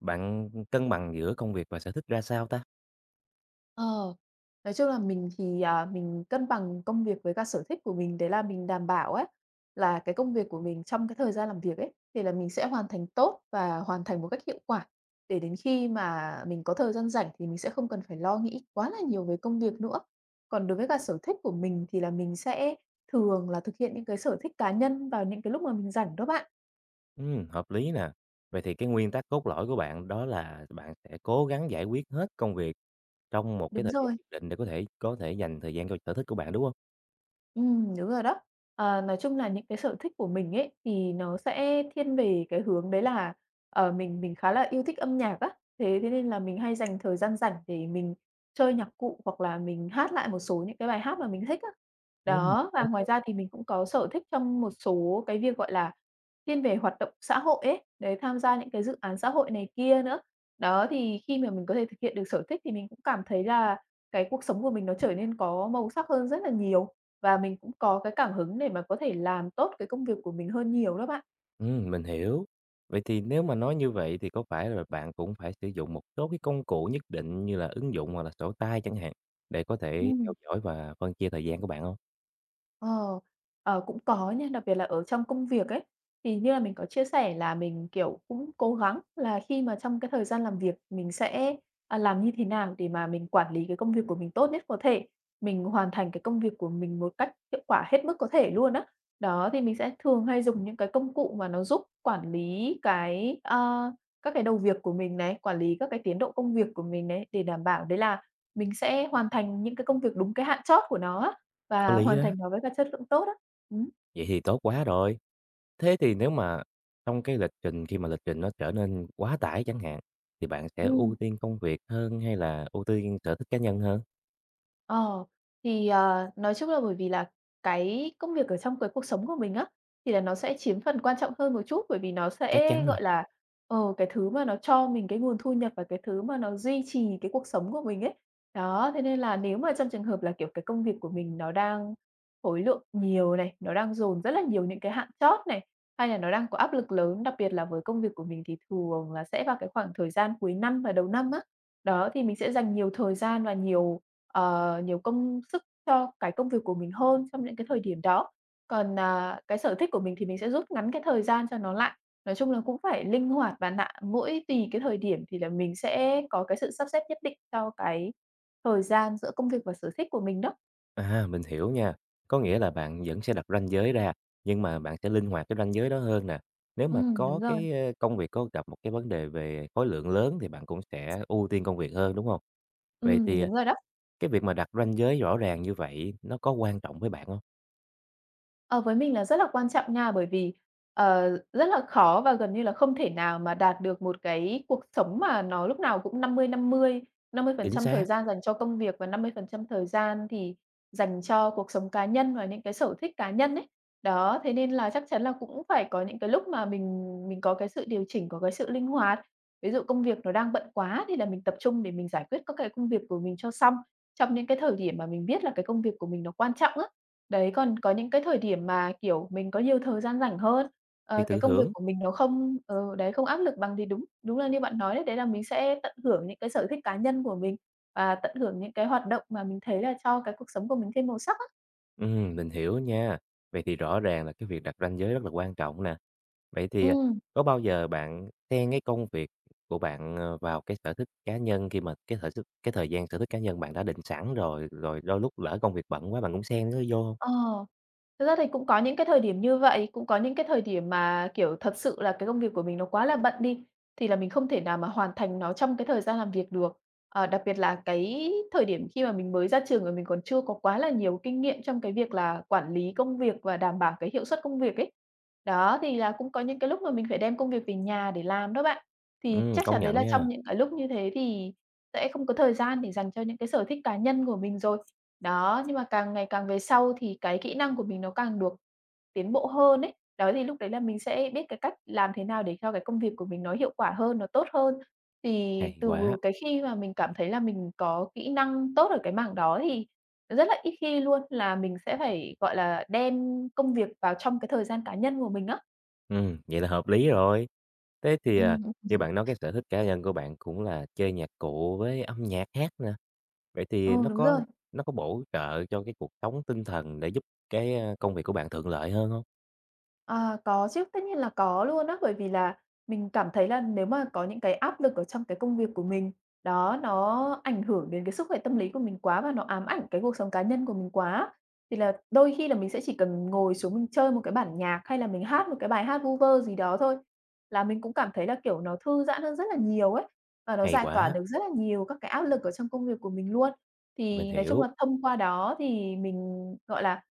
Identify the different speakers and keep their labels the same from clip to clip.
Speaker 1: Bạn cân bằng giữa công việc và sở thích ra sao ta?
Speaker 2: Ờ, nói chung là mình thì, mình cân bằng công việc với cả sở thích của mình, đấy là mình đảm bảo ấy, là cái công việc của mình trong cái thời gian làm việc ấy, thì là mình sẽ hoàn thành tốt và hoàn thành một cách hiệu quả, để đến khi mà mình có thời gian rảnh thì mình sẽ không cần phải lo nghĩ quá là nhiều về công việc nữa. Còn đối với cả sở thích của mình thì là mình sẽ thường là thực hiện những cái sở thích cá nhân vào những cái lúc mà mình rảnh đó bạn.
Speaker 1: Hợp lý nè. Vậy thì cái nguyên tắc cốt lõi của bạn đó là bạn sẽ cố gắng giải quyết hết công việc trong một cái
Speaker 2: Đúng
Speaker 1: thời gian
Speaker 2: rồi.
Speaker 1: nhất định để có thể dành thời gian cho sở thích của bạn, đúng không?
Speaker 2: Đúng rồi đó. Nói chung là những cái sở thích của mình ấy, thì nó sẽ thiên về cái hướng đấy là, mình khá là yêu thích âm nhạc á, thế thế nên là mình hay dành thời gian rảnh để mình chơi nhạc cụ hoặc là mình hát lại một số những cái bài hát mà mình thích á. Đó,
Speaker 1: Hay.
Speaker 2: và ngoài ra thì mình cũng có sở thích trong một số cái việc, gọi là, thiên về hoạt động xã hội ấy, đấy, tham gia những cái dự án xã hội này kia nữa. Đó, thì khi mà mình có thể thực hiện được sở thích thì mình cũng cảm thấy là cái cuộc sống của mình nó trở nên có màu sắc hơn rất là nhiều. Và mình cũng có cái cảm hứng để mà có thể làm tốt cái công việc của mình hơn nhiều đó bạn.
Speaker 1: Mình hiểu. Vậy thì nếu mà nói như vậy thì có phải là bạn cũng phải sử dụng một số cái công cụ nhất định như là ứng dụng hoặc là sổ tay chẳng hạn để có thể theo
Speaker 2: Ừm.
Speaker 1: dõi và phân chia thời gian của bạn không?
Speaker 2: Ờ, Cũng có nha, đặc biệt là ở trong công việc ấy, thì như là mình có chia sẻ là mình, kiểu, cũng cố gắng là khi mà trong cái thời gian làm việc mình sẽ, làm như thế nào để mà mình quản lý cái công việc của mình tốt nhất có thể, mình hoàn thành cái công việc của mình một cách hiệu quả hết mức có thể luôn á. Đó, thì mình sẽ thường hay dùng những cái công cụ mà nó giúp quản lý các cái đầu việc của mình này, quản lý các cái tiến độ công việc của mình đấy để đảm bảo đấy là mình sẽ hoàn thành những cái công việc đúng cái hạn chót của nó á.
Speaker 1: Có
Speaker 2: Và
Speaker 1: lý
Speaker 2: hoàn
Speaker 1: đó,
Speaker 2: thành nó với cả chất lượng tốt á. Ừ.
Speaker 1: vậy thì tốt quá rồi. Thế thì nếu mà trong cái lịch trình khi mà lịch trình nó trở nên quá tải chẳng hạn, thì bạn sẽ ưu
Speaker 2: Ừm.
Speaker 1: tiên công việc hơn hay là ưu tiên sở thích cá nhân hơn?
Speaker 2: Ờ, thì, nói chung là bởi vì là cái công việc ở trong cái cuộc sống của mình á, thì là nó sẽ chiếm phần quan trọng hơn một chút, bởi vì nó
Speaker 1: Chắc
Speaker 2: sẽ,
Speaker 1: chắn rồi.
Speaker 2: gọi là, cái thứ mà nó cho mình cái nguồn thu nhập và cái thứ mà nó duy trì cái cuộc sống của mình ấy. Đó, thế nên là nếu mà trong trường hợp là, kiểu, cái công việc của mình nó đang khối lượng nhiều này, nó đang dồn rất là nhiều những cái hạn chót này, hay là nó đang có áp lực lớn, đặc biệt là với công việc của mình thì thường là sẽ vào cái khoảng thời gian cuối năm và đầu năm á. Đó, thì mình sẽ dành nhiều thời gian và nhiều, nhiều công sức cho cái công việc của mình hơn trong những cái thời điểm đó. Còn, cái sở thích của mình thì mình sẽ rút ngắn cái thời gian cho nó lại. Nói chung là cũng phải linh hoạt và nạ mỗi tùy cái thời điểm thì là mình sẽ có cái sự sắp xếp nhất định cho cái thời gian giữa công việc và sở thích của mình đó.
Speaker 1: À, mình hiểu nha. Có nghĩa là bạn vẫn sẽ đặt ranh giới ra, nhưng mà bạn sẽ linh hoạt cái ranh giới đó hơn nè. Nếu mà có
Speaker 2: Đúng rồi.
Speaker 1: cái, ơ, công việc có gặp một cái vấn đề về khối lượng lớn thì bạn cũng sẽ ưu tiên công việc hơn, đúng không? Vậy thì, à,
Speaker 2: Đúng rồi đó.
Speaker 1: cái việc mà đặt ranh giới rõ ràng như vậy nó có quan trọng với bạn không?
Speaker 2: Ờ, với mình là rất là quan trọng nha, bởi vì, rất là khó và gần như là không thể nào mà đạt được một cái cuộc sống mà nó lúc nào cũng năm năm năm mươi mươi mươi phần
Speaker 1: Chính
Speaker 2: trăm
Speaker 1: xác,
Speaker 2: thời gian dành cho công việc và 50% thời gian thì dành cho cuộc sống cá nhân và những cái sở thích cá nhân ấy. Đó, thế nên là chắc chắn là cũng phải có những cái lúc mà mình có cái sự điều chỉnh, có cái sự linh hoạt. Ví dụ công việc nó đang bận quá thì là mình tập trung để mình giải quyết các cái công việc của mình cho xong trong những cái thời điểm mà mình biết là cái công việc của mình nó quan trọng á. Đấy, còn có những cái thời điểm mà, kiểu, mình có nhiều thời gian rảnh hơn,
Speaker 1: thì tự
Speaker 2: cái công việc
Speaker 1: thưởng.
Speaker 2: của mình nó không đấy, không áp lực bằng thì đúng đúng là như bạn nói đấy, đấy là mình sẽ tận hưởng những cái sở thích cá nhân của mình và tận hưởng những cái hoạt động mà mình thấy là cho cái cuộc sống của mình thêm màu sắc á.
Speaker 1: Mình hiểu nha. Vậy thì rõ ràng là cái việc đặt ranh giới rất là quan trọng nè. Vậy thì, à,
Speaker 2: Ừm,
Speaker 1: có bao giờ bạn xen cái công việc của bạn, ờ, vào cái sở thích cá nhân khi mà cái thời gian sở thích cá nhân bạn đã định sẵn rồi, rồi đôi lúc lỡ công việc bận quá bạn cũng xen nó vô hông?
Speaker 2: ờ. Thực ra thì cũng có những cái thời điểm như vậy, cũng có những cái thời điểm mà, kiểu, thật sự là cái công việc của mình nó quá là bận đi, thì là mình không thể nào mà hoàn thành nó trong cái thời gian làm việc được. Đặc biệt là cái thời điểm khi mà mình mới ra trường và mình còn chưa có quá là nhiều kinh nghiệm trong cái việc là quản lý công việc và đảm bảo cái hiệu suất công việc ấy. Đó, thì là cũng có những cái lúc mà mình phải đem công việc về nhà để làm đó bạn. Thì chắc
Speaker 1: Công
Speaker 2: chắn đấy
Speaker 1: nhận
Speaker 2: là trong
Speaker 1: nha,
Speaker 2: những cái lúc như thế thì sẽ không có thời gian để dành cho những cái sở thích cá nhân của mình rồi. Đó, nhưng mà càng ngày càng về sau thì cái kỹ năng của mình nó càng được tiến bộ hơn ấy. Đó, thì lúc đấy là mình sẽ biết cái cách làm thế nào để cho cái công việc của mình nó hiệu quả hơn, nó tốt hơn. Thì
Speaker 1: hay
Speaker 2: từ
Speaker 1: quá.
Speaker 2: cái khi mà mình cảm thấy là mình có kỹ năng tốt ở cái mảng đó thì rất là ít khi luôn là mình sẽ phải, gọi là, đem công việc vào trong cái thời gian cá nhân của mình á.
Speaker 1: Vậy là hợp lý rồi. Thế thì, à,
Speaker 2: Ừm, ừm.
Speaker 1: như bạn nói cái sở thích cá nhân của bạn cũng là chơi nhạc cụ với âm nhạc hát nè, vậy
Speaker 2: Ừ,
Speaker 1: thì nó
Speaker 2: đúng rồi.
Speaker 1: có nó có bổ trợ cho cái cuộc sống tinh thần để giúp cái, a, công việc của bạn thuận lợi hơn không?
Speaker 2: À, có chứ, tất nhiên là có luôn á, bởi vì là mình cảm thấy là nếu mà có những cái áp lực ở trong cái công việc của mình, đó, nó ảnh hưởng đến cái sức khỏe tâm lý của mình quá và nó ám ảnh cái cuộc sống cá nhân của mình quá, thì là đôi khi là mình sẽ chỉ cần ngồi xuống mình chơi một cái bản nhạc hay là mình hát một cái bài hát vu vơ gì đó thôi, là mình cũng cảm thấy là, kiểu, nó thư giãn hơn rất là nhiều ấy, và nó
Speaker 1: Hay
Speaker 2: giải tỏa
Speaker 1: quá,
Speaker 2: được rất là nhiều các cái áp lực ở trong công việc của mình luôn.
Speaker 1: mình
Speaker 2: Thì nói chung
Speaker 1: hiểu.
Speaker 2: là thông qua đó thì mình, gọi là,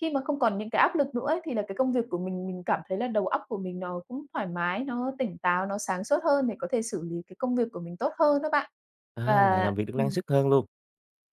Speaker 2: khi mà không còn những cái áp lực nữa ấy, thì là cái công việc của mình cảm thấy là đầu óc của mình nó cũng thoải mái, nó tỉnh táo, nó sáng suốt hơn để có thể xử lý cái công việc của mình tốt hơn đó bạn.
Speaker 1: À, là
Speaker 2: Và
Speaker 1: làm việc được năng
Speaker 2: ừm.
Speaker 1: suất hơn luôn,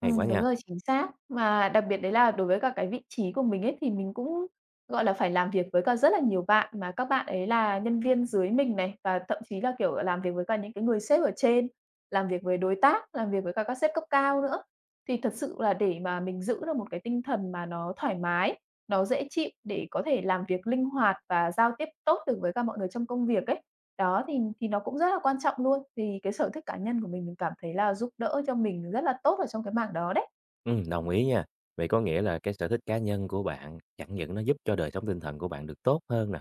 Speaker 1: hay quá
Speaker 2: Đúng
Speaker 1: nha.
Speaker 2: rồi, chính xác. Mà đặc biệt đấy là đối với cả cái vị trí của mình ấy, thì mình cũng, gọi là, phải làm việc với cả rất là nhiều bạn, mà các bạn ấy là nhân viên dưới mình này, và thậm chí là, kiểu, làm việc với cả những cái người sếp ở trên, làm việc với đối tác, làm việc với cả các sếp cấp cao nữa. Thì thật sự là để mà mình giữ được một cái tinh thần mà nó thoải mái, nó dễ chịu để có thể làm việc linh hoạt và giao tiếp tốt được với cả mọi người trong công việc ấy, đó, thì nó cũng rất là quan trọng luôn, thì cái sở thích cá nhân của mình cảm thấy là giúp đỡ cho mình rất là tốt ở trong cái mảng đó đấy.
Speaker 1: Đồng ý nha. Vậy có nghĩa là cái sở thích cá nhân của bạn chẳng những nó giúp cho đời sống tinh thần của bạn được tốt hơn nè,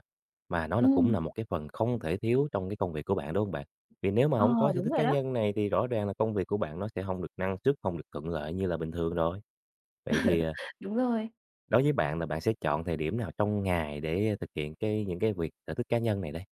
Speaker 1: mà nó là cũng
Speaker 2: Ừm.
Speaker 1: là một cái phần không thể thiếu trong cái công việc của bạn, đúng không bạn? Vì nếu mà
Speaker 2: Ờ,
Speaker 1: không có sở
Speaker 2: Đúng
Speaker 1: thích
Speaker 2: rồi
Speaker 1: cá
Speaker 2: đó,
Speaker 1: nhân này thì rõ ràng là công việc của bạn nó sẽ không được năng suất, không được thuận lợi như là bình thường rồi. Vậy thì, à,
Speaker 2: đúng rồi.
Speaker 1: đối với bạn là bạn sẽ chọn thời điểm nào trong ngày để thực hiện cái những cái việc sở thích cá nhân này đây?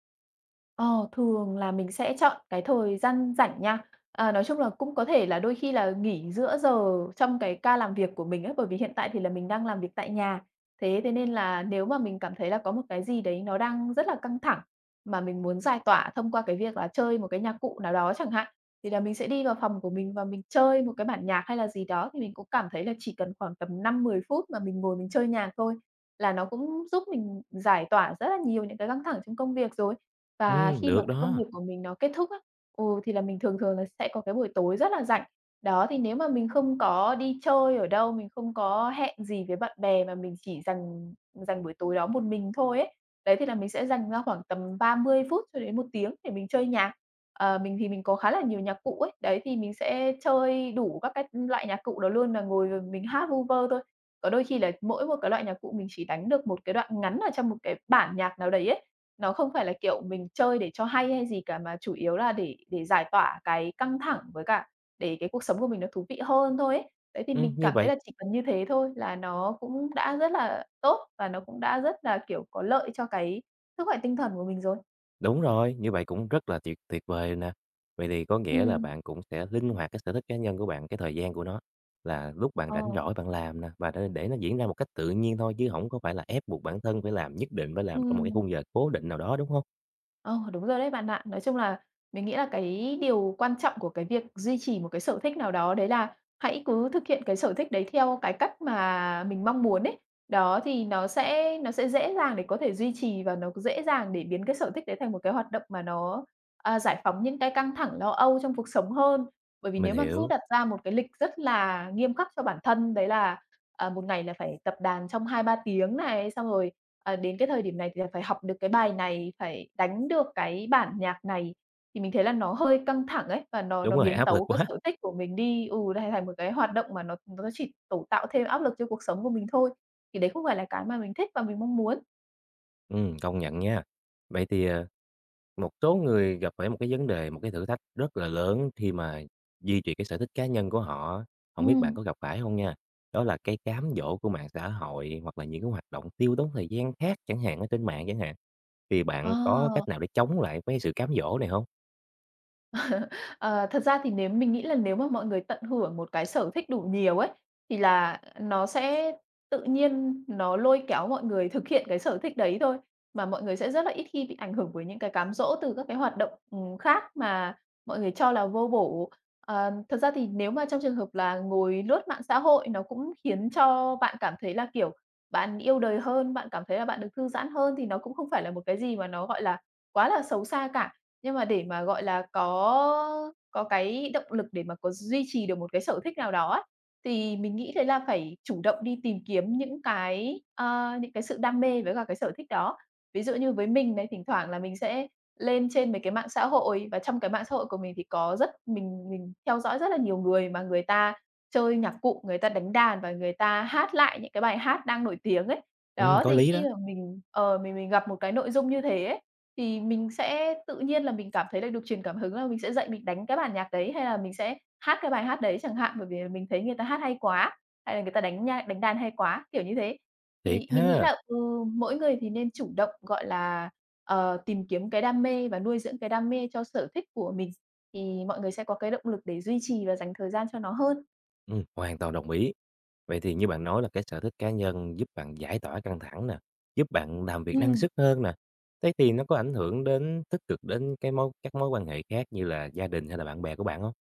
Speaker 2: Ờ, Thường là mình sẽ chọn cái thời gian rảnh nha. À, nói chung là cũng có thể là đôi khi là nghỉ giữa giờ trong cái ca làm việc của mình ấy, bởi vì hiện tại thì là mình đang làm việc tại nhà. Thế thế nên là nếu mà mình cảm thấy là có một cái gì đấy nó đang rất là căng thẳng mà mình muốn giải tỏa thông qua cái việc là chơi một cái nhạc cụ nào đó chẳng hạn, thì là mình sẽ đi vào phòng của mình và mình chơi một cái bản nhạc hay là gì đó, thì mình cũng cảm thấy là chỉ cần khoảng tầm 5-10 phút mà mình ngồi mình chơi nhạc thôi là nó cũng giúp mình giải tỏa rất là nhiều những cái căng thẳng trong công việc rồi. Và khi mà
Speaker 1: Được
Speaker 2: cái công
Speaker 1: đó.
Speaker 2: việc của mình nó kết thúc á, ừ, thì là mình thường thường là sẽ có cái buổi tối rất là rảnh. Đó, thì nếu mà mình không có đi chơi ở đâu, mình không có hẹn gì với bạn bè mà mình chỉ dành dành buổi tối đó một mình thôi ấy, đấy thì là mình sẽ dành ra khoảng tầm 30 phút cho đến 1 tiếng để mình chơi nhạc. Ờ, mình thì mình có khá là nhiều nhạc cụ ấy, đấy thì mình sẽ chơi đủ các cái loại nhạc cụ đó luôn, là ngồi rồi mình hát vu vơ thôi. Có đôi khi là mỗi một cái loại nhạc cụ mình chỉ đánh được một cái đoạn ngắn ở trong một cái bản nhạc nào đấy ấy. Nó không phải là, kiểu, mình chơi để cho hay hay gì cả, mà chủ yếu là để giải tỏa cái căng thẳng với cả để cái cuộc sống của mình nó thú vị hơn thôi ấy. Đấy, thì mình
Speaker 1: Như
Speaker 2: cảm thấy
Speaker 1: vậy.
Speaker 2: là chỉ cần như thế thôi là nó cũng đã rất là tốt và nó cũng đã rất là, kiểu, có lợi cho cái sức khỏe tinh thần của mình rồi.
Speaker 1: Đúng rồi, như vậy cũng rất là tuyệt tuyệt vời nè. Vậy thì có nghĩa là
Speaker 2: Ừm,
Speaker 1: bạn cũng sẽ linh hoạt cái sở thích cá nhân của bạn, cái thời gian của nó là lúc bạn
Speaker 2: ờ.
Speaker 1: rảnh rỗi bạn làm nè, và để nó diễn ra một cách tự nhiên thôi chứ không có phải là ép buộc bản thân phải làm, nhất định phải làm trong một cái
Speaker 2: Ừm.
Speaker 1: khung giờ cố định nào đó, đúng không?
Speaker 2: Ờ, đúng rồi đấy bạn ạ. Nói chung là mình nghĩ là cái điều quan trọng của cái việc duy trì một cái sở thích nào đó đấy là hãy cứ thực hiện cái sở thích đấy theo cái cách mà mình mong muốn ấy. Đó thì nó sẽ dễ dàng để có thể duy trì và nó dễ dàng để biến cái sở thích đấy thành một cái hoạt động mà nó, giải phóng những cái căng thẳng, lo âu trong cuộc sống hơn. Bởi vì
Speaker 1: Mình
Speaker 2: nếu mà cứ
Speaker 1: hiểu,
Speaker 2: đặt ra một cái lịch rất là nghiêm khắc cho bản thân, đấy là một ngày là phải tập đàn trong 2-3 tiếng này, xong rồi, đến cái thời điểm này thì là phải học được cái bài này, phải đánh được cái bản nhạc này, thì mình thấy là nó hơi căng thẳng ấy, và nó
Speaker 1: đúng
Speaker 2: nó
Speaker 1: rồi,
Speaker 2: biến
Speaker 1: áp lực
Speaker 2: tấu cái
Speaker 1: quá.
Speaker 2: sở thích của mình đi, thành thành một cái hoạt động mà nó chỉ tổ tạo thêm áp lực cho cuộc sống của mình thôi, thì đấy không phải là cái mà mình thích và mình mong muốn.
Speaker 1: Công nhận nha. Vậy thì, ờ. Một số người gặp phải một cái vấn đề, một cái thử thách rất là lớn khi mà duy trì cái sở thích cá nhân của họ, không biết bạn
Speaker 2: Ừm.
Speaker 1: có gặp phải không nha? Đó là cái cám dỗ của mạng xã hội hoặc là những cái hoạt động tiêu tốn thời gian khác chẳng hạn, ở trên mạng chẳng hạn. Thì bạn có
Speaker 2: Ờ.
Speaker 1: cách nào để chống lại với sự cám dỗ này không?
Speaker 2: Ờ, thật ra thì nếu mình nghĩ là nếu mà mọi người tận hưởng một cái sở thích đủ nhiều ấy, thì là nó sẽ tự nhiên nó lôi kéo mọi người thực hiện cái sở thích đấy thôi, mà mọi người sẽ rất là ít khi bị ảnh hưởng bởi những cái cám dỗ từ các cái hoạt động, khác mà mọi người cho là vô bổ. Ờ, thật ra thì nếu mà trong trường hợp là ngồi lướt mạng xã hội nó cũng khiến cho bạn cảm thấy là, kiểu, bạn yêu đời hơn, bạn cảm thấy là bạn được thư giãn hơn thì nó cũng không phải là một cái gì mà nó, gọi là, quá là xấu xa cả. Nhưng mà để mà, gọi là, có cái động lực để mà có duy trì được một cái sở thích nào đó á, thì mình nghĩ đấy là phải chủ động đi tìm kiếm những cái sự đam mê với cả cái sở thích đó. Ví dụ như với mình này, thỉnh thoảng là mình sẽ lên trên mấy cái mạng xã hội, và trong cái mạng xã hội của mình thì có rất mình theo dõi rất là nhiều người mà người ta chơi nhạc cụ, người ta đánh đàn và người ta hát lại những cái bài hát đang nổi tiếng ấy. Đó,
Speaker 1: Có
Speaker 2: thì
Speaker 1: lý
Speaker 2: khi
Speaker 1: đó,
Speaker 2: mà mình ờ, mình gặp một cái nội dung như thế ấy, thì mình sẽ tự nhiên là mình cảm thấy là được truyền cảm hứng, là mình sẽ dậy mình đánh cái bản nhạc đấy, hay là mình sẽ hát cái bài hát đấy chẳng hạn, bởi vì là mình thấy người ta hát hay quá, hay là người ta đánh đàn hay quá, kiểu như thế.
Speaker 1: thiệt
Speaker 2: Thì mình nghĩ
Speaker 1: ha!
Speaker 2: là, ừ, mỗi người thì nên chủ động, gọi là, tìm kiếm cái đam mê và nuôi dưỡng cái đam mê cho sở thích của mình, thì mọi người sẽ có cái động lực để duy trì và dành thời gian cho nó hơn.
Speaker 1: Hoàn toàn đồng ý. Vậy thì như bạn nói là cái sở thích cá nhân giúp bạn giải tỏa căng thẳng nè, giúp bạn làm việc năng
Speaker 2: Ừm,
Speaker 1: suất hơn nè. Thế thì nó có ảnh hưởng đến tích cực đến cái mối các mối quan hệ khác như là gia đình hay là bạn bè của bạn không?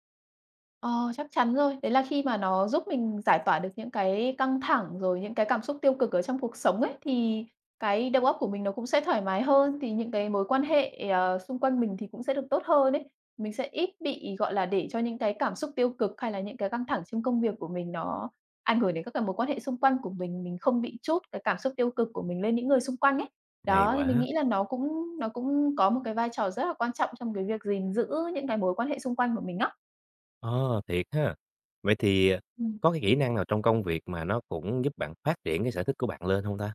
Speaker 2: ờ, chắc chắn rồi. Đấy là khi mà nó giúp mình giải tỏa được những cái căng thẳng, rồi những cái cảm xúc tiêu cực ở trong cuộc sống ấy, thì cái đầu óc của mình nó cũng sẽ thoải mái hơn, thì những cái mối quan hệ, xung quanh mình thì cũng sẽ được tốt hơn ấy. Mình sẽ ít bị, gọi là, để cho những cái cảm xúc tiêu cực hay là những cái căng thẳng trong công việc của mình nó ảnh hưởng đến các cái mối quan hệ xung quanh của mình không bị trút cái cảm xúc tiêu cực của mình lên những người xung quanh ấy.
Speaker 1: Hay
Speaker 2: Đó, thì mình
Speaker 1: quá!
Speaker 2: nghĩ là nó cũng có một cái vai trò rất là quan trọng trong cái việc gìn giữ những cái mối quan hệ xung quanh của mình á.
Speaker 1: Ờ, thiệt ha. Vậy thì ờ,
Speaker 2: Ừm.
Speaker 1: có cái kỹ năng nào trong công việc mà nó cũng giúp bạn phát triển cái sở thích của bạn lên không ta?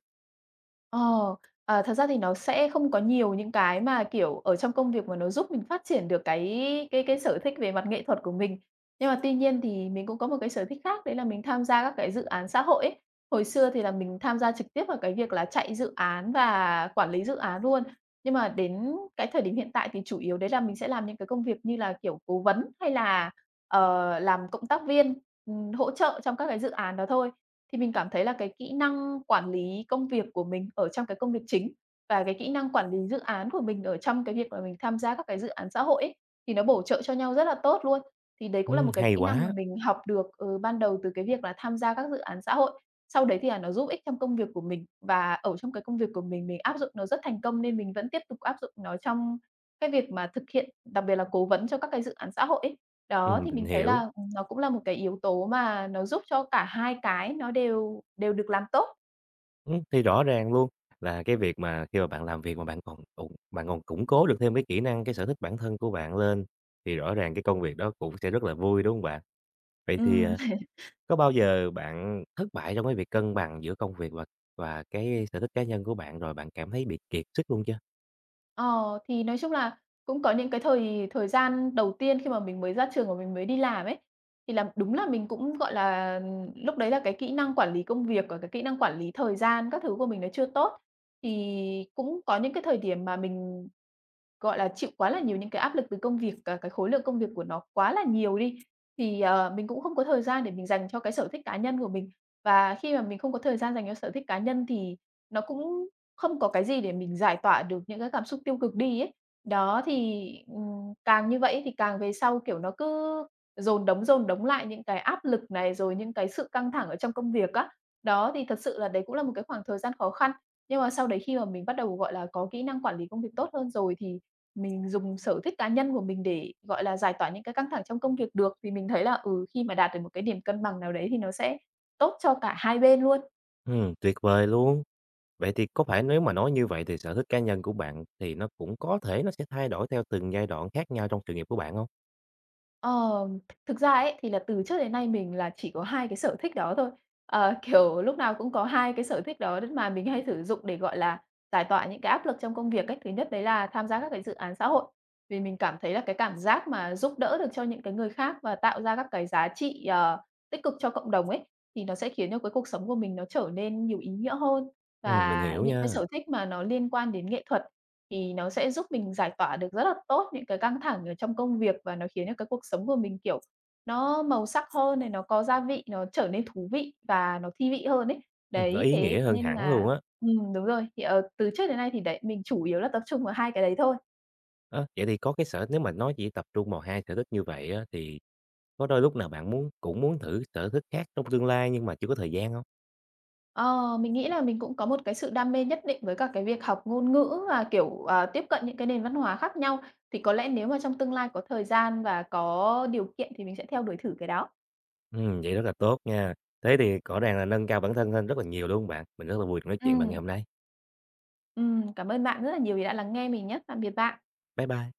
Speaker 2: Ờ, thật ra thì nó sẽ không có nhiều những cái mà, kiểu, ở trong công việc mà nó giúp mình phát triển được cái sở thích về mặt nghệ thuật của mình. Nhưng mà tuy nhiên thì mình cũng có một cái sở thích khác, đấy là mình tham gia các cái dự án xã hội ấy. Hồi xưa thì là mình tham gia trực tiếp vào cái việc là chạy dự án và quản lý dự án luôn. Nhưng mà đến cái thời điểm hiện tại thì chủ yếu đấy là mình sẽ làm những cái công việc như là, kiểu, cố vấn hay là, làm cộng tác viên, hỗ trợ trong các cái dự án đó thôi. Thì mình cảm thấy là cái kỹ năng quản lý công việc của mình ở trong cái công việc chính và cái kỹ năng quản lý dự án của mình ở trong cái việc mà mình tham gia các cái dự án xã hội ấy, thì nó bổ trợ cho nhau rất là tốt luôn. Thì đấy cũng là một cái
Speaker 1: Hay
Speaker 2: kỹ năng mà
Speaker 1: quá!
Speaker 2: mình học được, ban đầu từ cái việc là tham gia các dự án xã hội. Sau đấy thì là nó giúp ích trong công việc của mình, và ở trong cái công việc của mình áp dụng nó rất thành công nên mình vẫn tiếp tục áp dụng nó trong cái việc mà thực hiện, đặc biệt là cố vấn cho các cái dự án xã hội ấy. Đó, thì
Speaker 1: Mình
Speaker 2: mình thấy là,
Speaker 1: hiểu.
Speaker 2: nó cũng là một cái yếu tố mà nó giúp cho cả hai cái nó đều đều được làm tốt.
Speaker 1: Thì rõ ràng luôn là cái việc mà khi mà bạn làm việc mà bạn còn củng cố được thêm cái kỹ năng, cái sở thích bản thân của bạn lên, thì rõ ràng cái công việc đó cũng sẽ rất là vui, đúng không bạn? Vậy thì,
Speaker 2: Ừm,
Speaker 1: à, có bao giờ bạn thất bại trong cái việc cân bằng giữa công việc và cái sở thích cá nhân của bạn rồi bạn cảm thấy bị kiệt sức luôn chưa?
Speaker 2: ờ, thì nói chung là cũng có những cái thời thời gian đầu tiên khi mà mình mới ra trường và mình mới đi làm ấy, thì là đúng là mình cũng, gọi là, lúc đấy là cái kỹ năng quản lý công việc và cái kỹ năng quản lý thời gian các thứ của mình nó chưa tốt. Thì cũng có những cái thời điểm mà mình gọi là, chịu quá là nhiều những cái áp lực từ công việc, cả cái khối lượng công việc của nó quá là nhiều đi, thì, mình cũng không có thời gian để mình dành cho cái sở thích cá nhân của mình. Và khi mà mình không có thời gian dành cho sở thích cá nhân thì nó cũng không có cái gì để mình giải tỏa được những cái cảm xúc tiêu cực đi ấy. Đó, thì, càng như vậy thì càng về sau, kiểu, nó cứ dồn đống lại những cái áp lực này, rồi những cái sự căng thẳng ở trong công việc á. Đó, thì thật sự là đấy cũng là một cái khoảng thời gian khó khăn. Nhưng mà sau đấy khi mà mình bắt đầu, gọi là, có kỹ năng quản lý công việc tốt hơn rồi thì mình dùng sở thích cá nhân của mình để, gọi là, giải tỏa những cái căng thẳng trong công việc được, vì mình thấy là, khi mà đạt được một cái điểm cân bằng nào đấy thì nó sẽ tốt cho cả hai bên luôn.
Speaker 1: Tuyệt vời luôn! Vậy thì có phải nếu mà nói như vậy thì sở thích cá nhân của bạn thì nó cũng có thể nó sẽ thay đổi theo từng giai đoạn khác nhau trong sự nghiệp của bạn không?
Speaker 2: Ờ, thực ra ấy, thì là từ trước đến nay mình là chỉ có 2 cái sở thích đó thôi. Ờ, kiểu, lúc nào cũng có 2 cái sở thích đó đến mà mình hay sử dụng để, gọi là, giải tỏa những cái áp lực trong công việc ấy. Thứ nhất đấy là tham gia các cái dự án xã hội, vì mình cảm thấy là cái cảm giác mà giúp đỡ được cho những cái người khác và tạo ra các cái giá trị, tích cực cho cộng đồng ấy, thì nó sẽ khiến cho cái cuộc sống của mình nó trở nên nhiều ý nghĩa hơn,
Speaker 1: Mình
Speaker 2: và
Speaker 1: hiểu
Speaker 2: những cái
Speaker 1: nha,
Speaker 2: sở thích mà nó liên quan đến nghệ thuật thì nó sẽ giúp mình giải tỏa được rất là tốt những cái căng thẳng ở trong công việc, và nó khiến cho cái cuộc sống của mình, kiểu, nó màu sắc hơn này, nó có gia vị, nó trở nên thú vị và nó thi vị hơn ấy.
Speaker 1: nó
Speaker 2: Đấy,
Speaker 1: ý
Speaker 2: thế
Speaker 1: nghĩa
Speaker 2: thế
Speaker 1: hơn
Speaker 2: nên
Speaker 1: hẳn
Speaker 2: là
Speaker 1: luôn á.
Speaker 2: đúng rồi, thì, từ trước đến nay thì đấy, mình chủ yếu là tập trung vào 2 cái đấy thôi.
Speaker 1: Ơ, vậy thì có cái sở nếu mà nói chỉ tập trung vào 2 sở thích như vậy á, thì có đôi lúc nào bạn cũng muốn thử sở thích khác trong tương lai nhưng mà chưa có thời gian hông?
Speaker 2: Ờ, mình nghĩ là mình cũng có một cái sự đam mê nhất định với cả cái việc học ngôn ngữ và, kiểu, tiếp cận những cái nền văn hóa khác nhau, thì có lẽ nếu mà trong tương lai có thời gian và có điều kiện thì mình sẽ theo đuổi thử cái đó.
Speaker 1: Vậy rất là tốt nha. Thế thì rõ ràng là nâng cao bản thân lên rất là nhiều, đúng hông bạn? Mình rất là vui được nói chuyện bạn ngày
Speaker 2: Ừm.
Speaker 1: hôm nay.
Speaker 2: Cảm ơn bạn rất là nhiều vì đã lắng nghe mình nhé. Tạm biệt bạn.
Speaker 1: Bye bye.